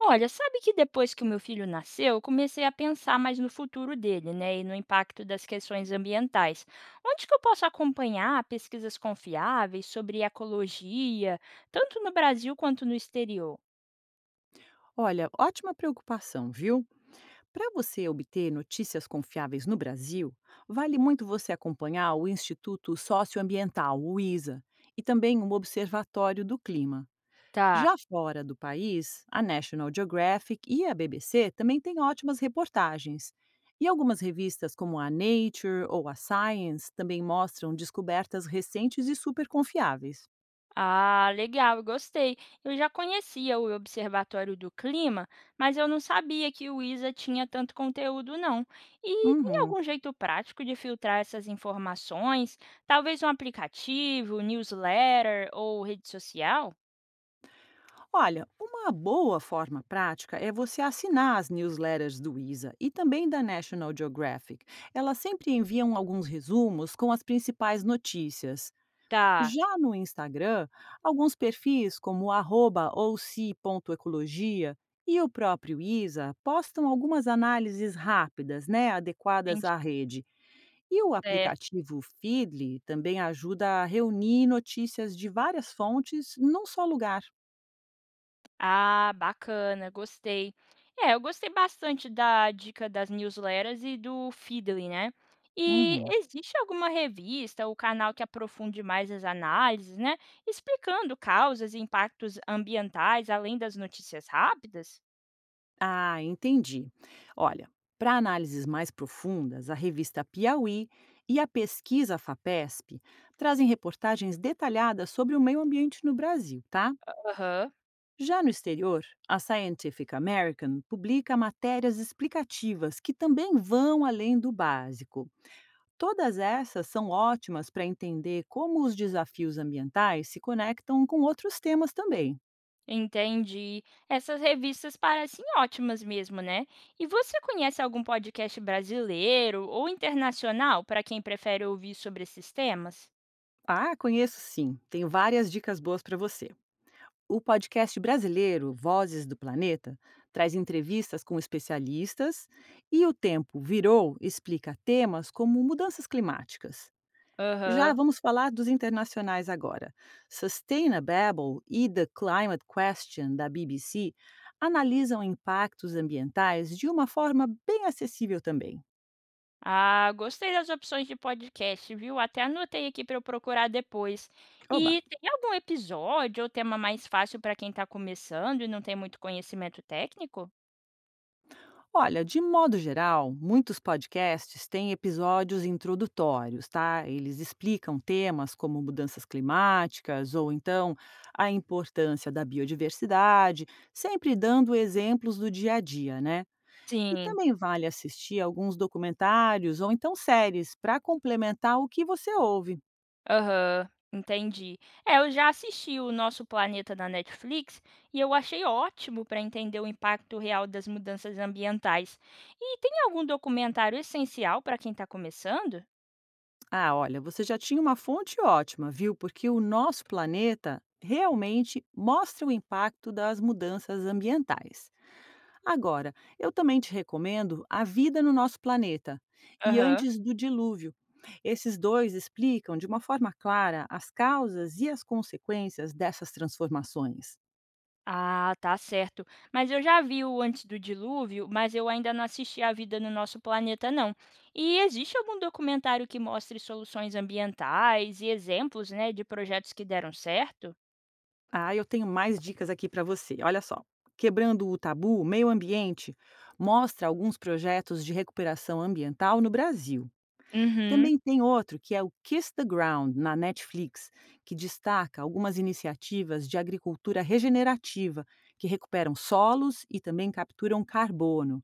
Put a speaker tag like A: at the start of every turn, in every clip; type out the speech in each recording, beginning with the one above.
A: Olha, sabe que depois que o meu filho nasceu, eu comecei a pensar mais no futuro dele, né, e no impacto das questões ambientais. Onde que eu posso acompanhar pesquisas confiáveis sobre ecologia, tanto no Brasil quanto no exterior?
B: Olha, ótima preocupação, viu? Para você obter notícias confiáveis no Brasil, vale muito você acompanhar o Instituto Socioambiental, o ISA, e também o Observatório do Clima.
A: Tá.
B: Já fora do país, a National Geographic e a BBC também têm ótimas reportagens. E algumas revistas, como a Nature ou a Science, também mostram descobertas recentes e super confiáveis.
A: Ah, legal, eu gostei. Eu já conhecia o Observatório do Clima, mas eu não sabia que o ISA tinha tanto conteúdo, não. E tem
B: Uhum.
A: algum jeito prático de filtrar essas informações? Talvez um aplicativo, newsletter ou rede social?
B: Olha, uma boa forma prática é você assinar as newsletters do ISA e também da National Geographic. Elas sempre enviam alguns resumos com as principais notícias.
A: Tá,
B: Já no Instagram, alguns perfis como o arroba ouci.ecologia e o próprio ISA postam algumas análises rápidas, né, adequadas
A: entendi.
B: à rede. E o
A: É.
B: aplicativo Feedly também ajuda a reunir notícias de várias fontes num só lugar.
A: Ah, bacana, gostei. É, eu gostei bastante da dica das newsletters e do Feedly, né. E
B: Uhum.
A: existe alguma revista ou canal que aprofunde mais as análises, né, explicando causas e impactos ambientais além das notícias rápidas?
B: Ah, entendi. Olha, para análises mais profundas, a revista Piauí e a pesquisa FAPESP trazem reportagens detalhadas sobre o meio ambiente no Brasil, tá?
A: Aham,
B: Já no exterior, a Scientific American publica matérias explicativas que também vão além do básico. Todas essas são ótimas para entender como os desafios ambientais se conectam com outros temas também.
A: entendi. Essas revistas parecem ótimas mesmo, né. E você conhece algum podcast brasileiro ou internacional para quem prefere ouvir sobre esses temas?
B: Ah, conheço sim. Tem várias dicas boas para você. O podcast brasileiro Vozes do Planeta traz entrevistas com especialistas e o Tempo Virou explica temas como mudanças climáticas. Já
A: Aham.
B: vamos falar dos internacionais agora. Sustainable e The Climate Question da BBC analisam impactos ambientais de uma forma bem acessível também.
A: Ah, gostei das opções de podcast, viu? Até anotei aqui para eu procurar depois.
B: Oba!
A: E tem algum episódio ou tema mais fácil para quem está começando e não tem muito conhecimento técnico?
B: Olha, de modo geral, muitos podcasts têm episódios introdutórios, tá? Eles explicam temas como mudanças climáticas ou então a importância da biodiversidade, sempre dando exemplos do dia a dia, né? E
A: Sim,
B: também vale assistir alguns documentários ou então séries para complementar o que você ouve.
A: aham, entendi. É, eu já assisti o Nosso Planeta na Netflix e eu achei ótimo para entender o impacto real das mudanças ambientais. E tem algum documentário essencial para quem está começando?
B: Ah, olha, você já tinha uma fonte ótima, viu? Porque o nosso planeta realmente mostra o impacto das mudanças ambientais. Agora, eu também te recomendo A Vida no Nosso Planeta e
A: Aham.
B: Antes do Dilúvio. Esses dois explicam de uma forma clara as causas e as consequências dessas transformações.
A: Ah, tá certo. Mas eu já vi o Antes do Dilúvio, mas eu ainda não assisti A Vida no Nosso Planeta, não. E existe algum documentário que mostre soluções ambientais e exemplos, né, de projetos que deram certo?
B: Ah, eu tenho mais dicas aqui para você. Olha só. Quebrando o Tabu, Meio Ambiente mostra alguns projetos de recuperação ambiental no Brasil.
A: Uhum.
B: Também tem outro que é o Kiss the Ground, na Netflix, que destaca algumas iniciativas de agricultura regenerativa, que recuperam solos e também capturam carbono.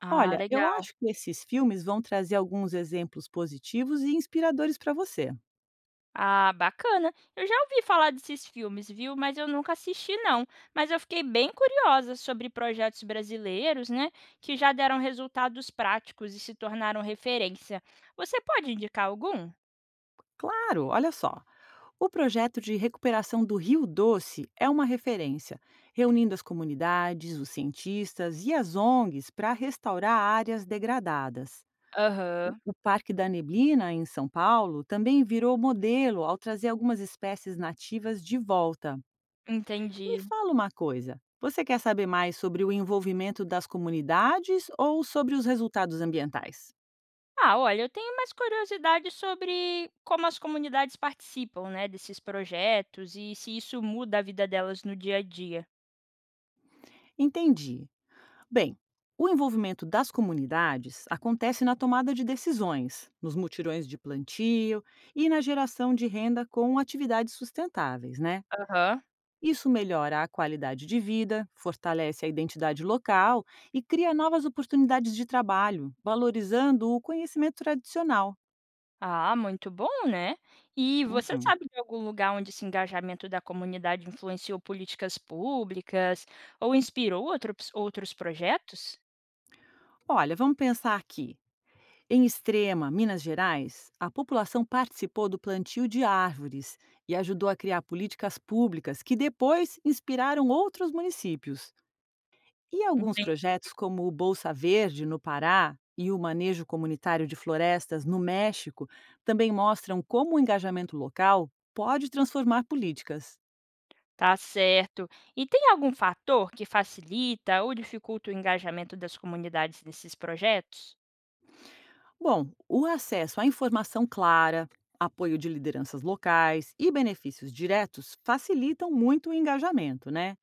A: Ah,
B: Olha, eu
A: legal.
B: acho que esses filmes vão trazer alguns exemplos positivos e inspiradores para você.
A: Ah, bacana. Eu já ouvi falar desses filmes, viu? Mas eu nunca assisti, não. Mas eu fiquei bem curiosa sobre projetos brasileiros, né, que já deram resultados práticos e se tornaram referência. Você pode indicar algum?
B: Claro, olha só. O projeto de recuperação do Rio Doce é uma referência, reunindo as comunidades, os cientistas e as ONGs para restaurar áreas degradadas. O
A: Aham,
B: o Parque da Neblina, em São Paulo, também virou modelo ao trazer algumas espécies nativas de volta. Me
A: entendi.
B: fala uma coisa: você quer saber mais sobre o envolvimento das comunidades ou sobre os resultados ambientais?
A: Ah, olha, eu tenho mais curiosidade sobre como as comunidades participam, né, desses projetos e se isso muda a vida delas no dia a dia.
B: Entendi. Bem, o envolvimento das comunidades acontece na tomada de decisões, nos mutirões de plantio e na geração de renda com atividades sustentáveis, né?
A: Aham.
B: Isso melhora a qualidade de vida, fortalece a identidade local e cria novas oportunidades de trabalho, valorizando o conhecimento tradicional.
A: Ah, muito bom, né? E você
B: Uhum.
A: sabe de algum lugar onde esse engajamento da comunidade influenciou políticas públicas ou inspirou outros projetos?
B: Olha, vamos pensar aqui. Em Extrema, Minas Gerais, a população participou do plantio de árvores e ajudou a criar políticas públicas que depois inspiraram outros municípios. E alguns
A: Entendi.
B: projetos, como o Bolsa Verde, no Pará, e o Manejo Comunitário de Florestas, no México, também mostram como o engajamento local pode transformar políticas.
A: Tá certo. E tem algum fator que facilita ou dificulta o engajamento das comunidades nesses projetos?
B: Bom, o acesso à informação clara, apoio de lideranças locais e benefícios diretos facilitam muito o engajamento, né?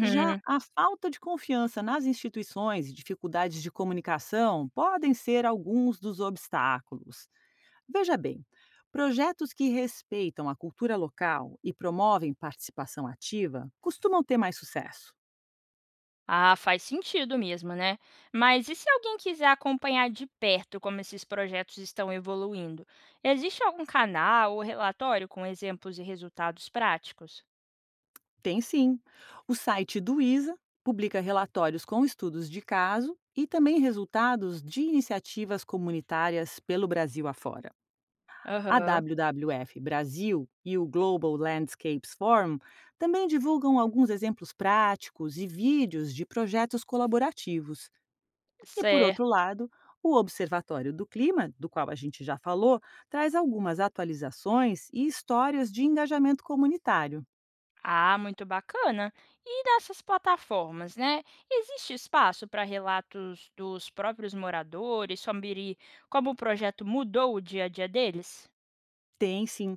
B: Já a falta de confiança nas instituições e dificuldades de comunicação podem ser alguns dos obstáculos. Veja bem, projetos que respeitam a cultura local e promovem participação ativa costumam ter mais sucesso.
A: Ah, faz sentido mesmo, né? Mas e se alguém quiser acompanhar de perto como esses projetos estão evoluindo? Existe algum canal ou relatório com exemplos e resultados práticos?
B: Tem sim. O site do ISA publica relatórios com estudos de caso e também resultados de iniciativas comunitárias pelo Brasil afora. A
A: Aham.
B: WWF Brasil e o Global Landscapes Forum também divulgam alguns exemplos práticos e vídeos de projetos colaborativos. E, por
A: Certo.
B: outro lado, o Observatório do Clima, do qual a gente já falou, traz algumas atualizações e histórias de engajamento comunitário.
A: Ah, muito bacana. E nessas plataformas, né? Existe espaço para relatos dos próprios moradores sobre como o projeto mudou o dia a dia deles?
B: Tem sim.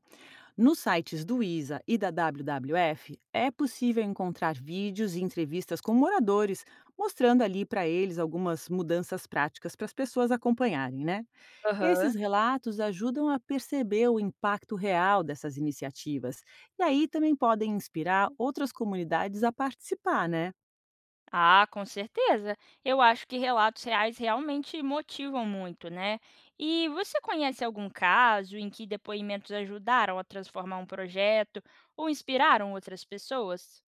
B: Nos sites do ISA e da WWF é possível encontrar vídeos e entrevistas com moradores, mostrando ali para eles algumas mudanças práticas para as pessoas acompanharem, né?
A: Aham.
B: Esses relatos ajudam a perceber o impacto real dessas iniciativas e aí também podem inspirar outras comunidades a participar, né?
A: Ah, com certeza. Eu acho que relatos reais realmente motivam muito, né? E você conhece algum caso em que depoimentos ajudaram a transformar um projeto ou inspiraram outras pessoas?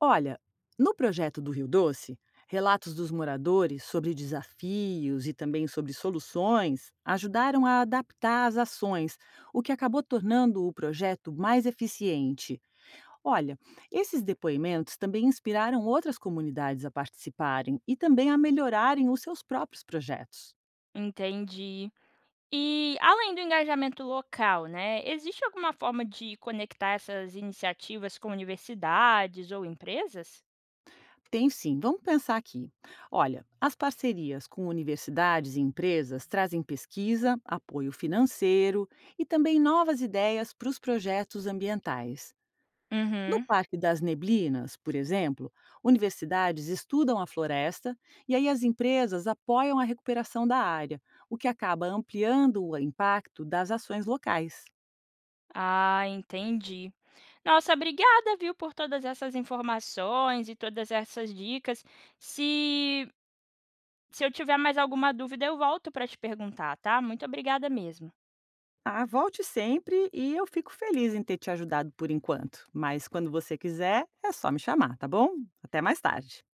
B: Olha, no projeto do Rio Doce, relatos dos moradores sobre desafios e também sobre soluções ajudaram a adaptar as ações, o que acabou tornando o projeto mais eficiente. Olha, esses depoimentos também inspiraram outras comunidades a participarem e também a melhorarem os seus próprios projetos.
A: Entendi. E além do engajamento local, né? Existe alguma forma de conectar essas iniciativas com universidades ou empresas?
B: Tem sim, vamos pensar aqui. Olha, as parcerias com universidades e empresas trazem pesquisa, apoio financeiro e também novas ideias para os projetos ambientais. No
A: Uhum.
B: Parque das Neblinas, por exemplo, universidades estudam a floresta e aí as empresas apoiam a recuperação da área, o que acaba ampliando o impacto das ações locais.
A: Ah, entendi. Nossa, obrigada, viu, por todas essas informações e todas essas dicas. Se, se eu tiver mais alguma dúvida, eu volto para te perguntar, tá? Muito obrigada mesmo.
B: Ah, volte sempre e eu fico feliz em ter te ajudado por enquanto. Mas quando você quiser, é só me chamar, tá bom? Até mais tarde.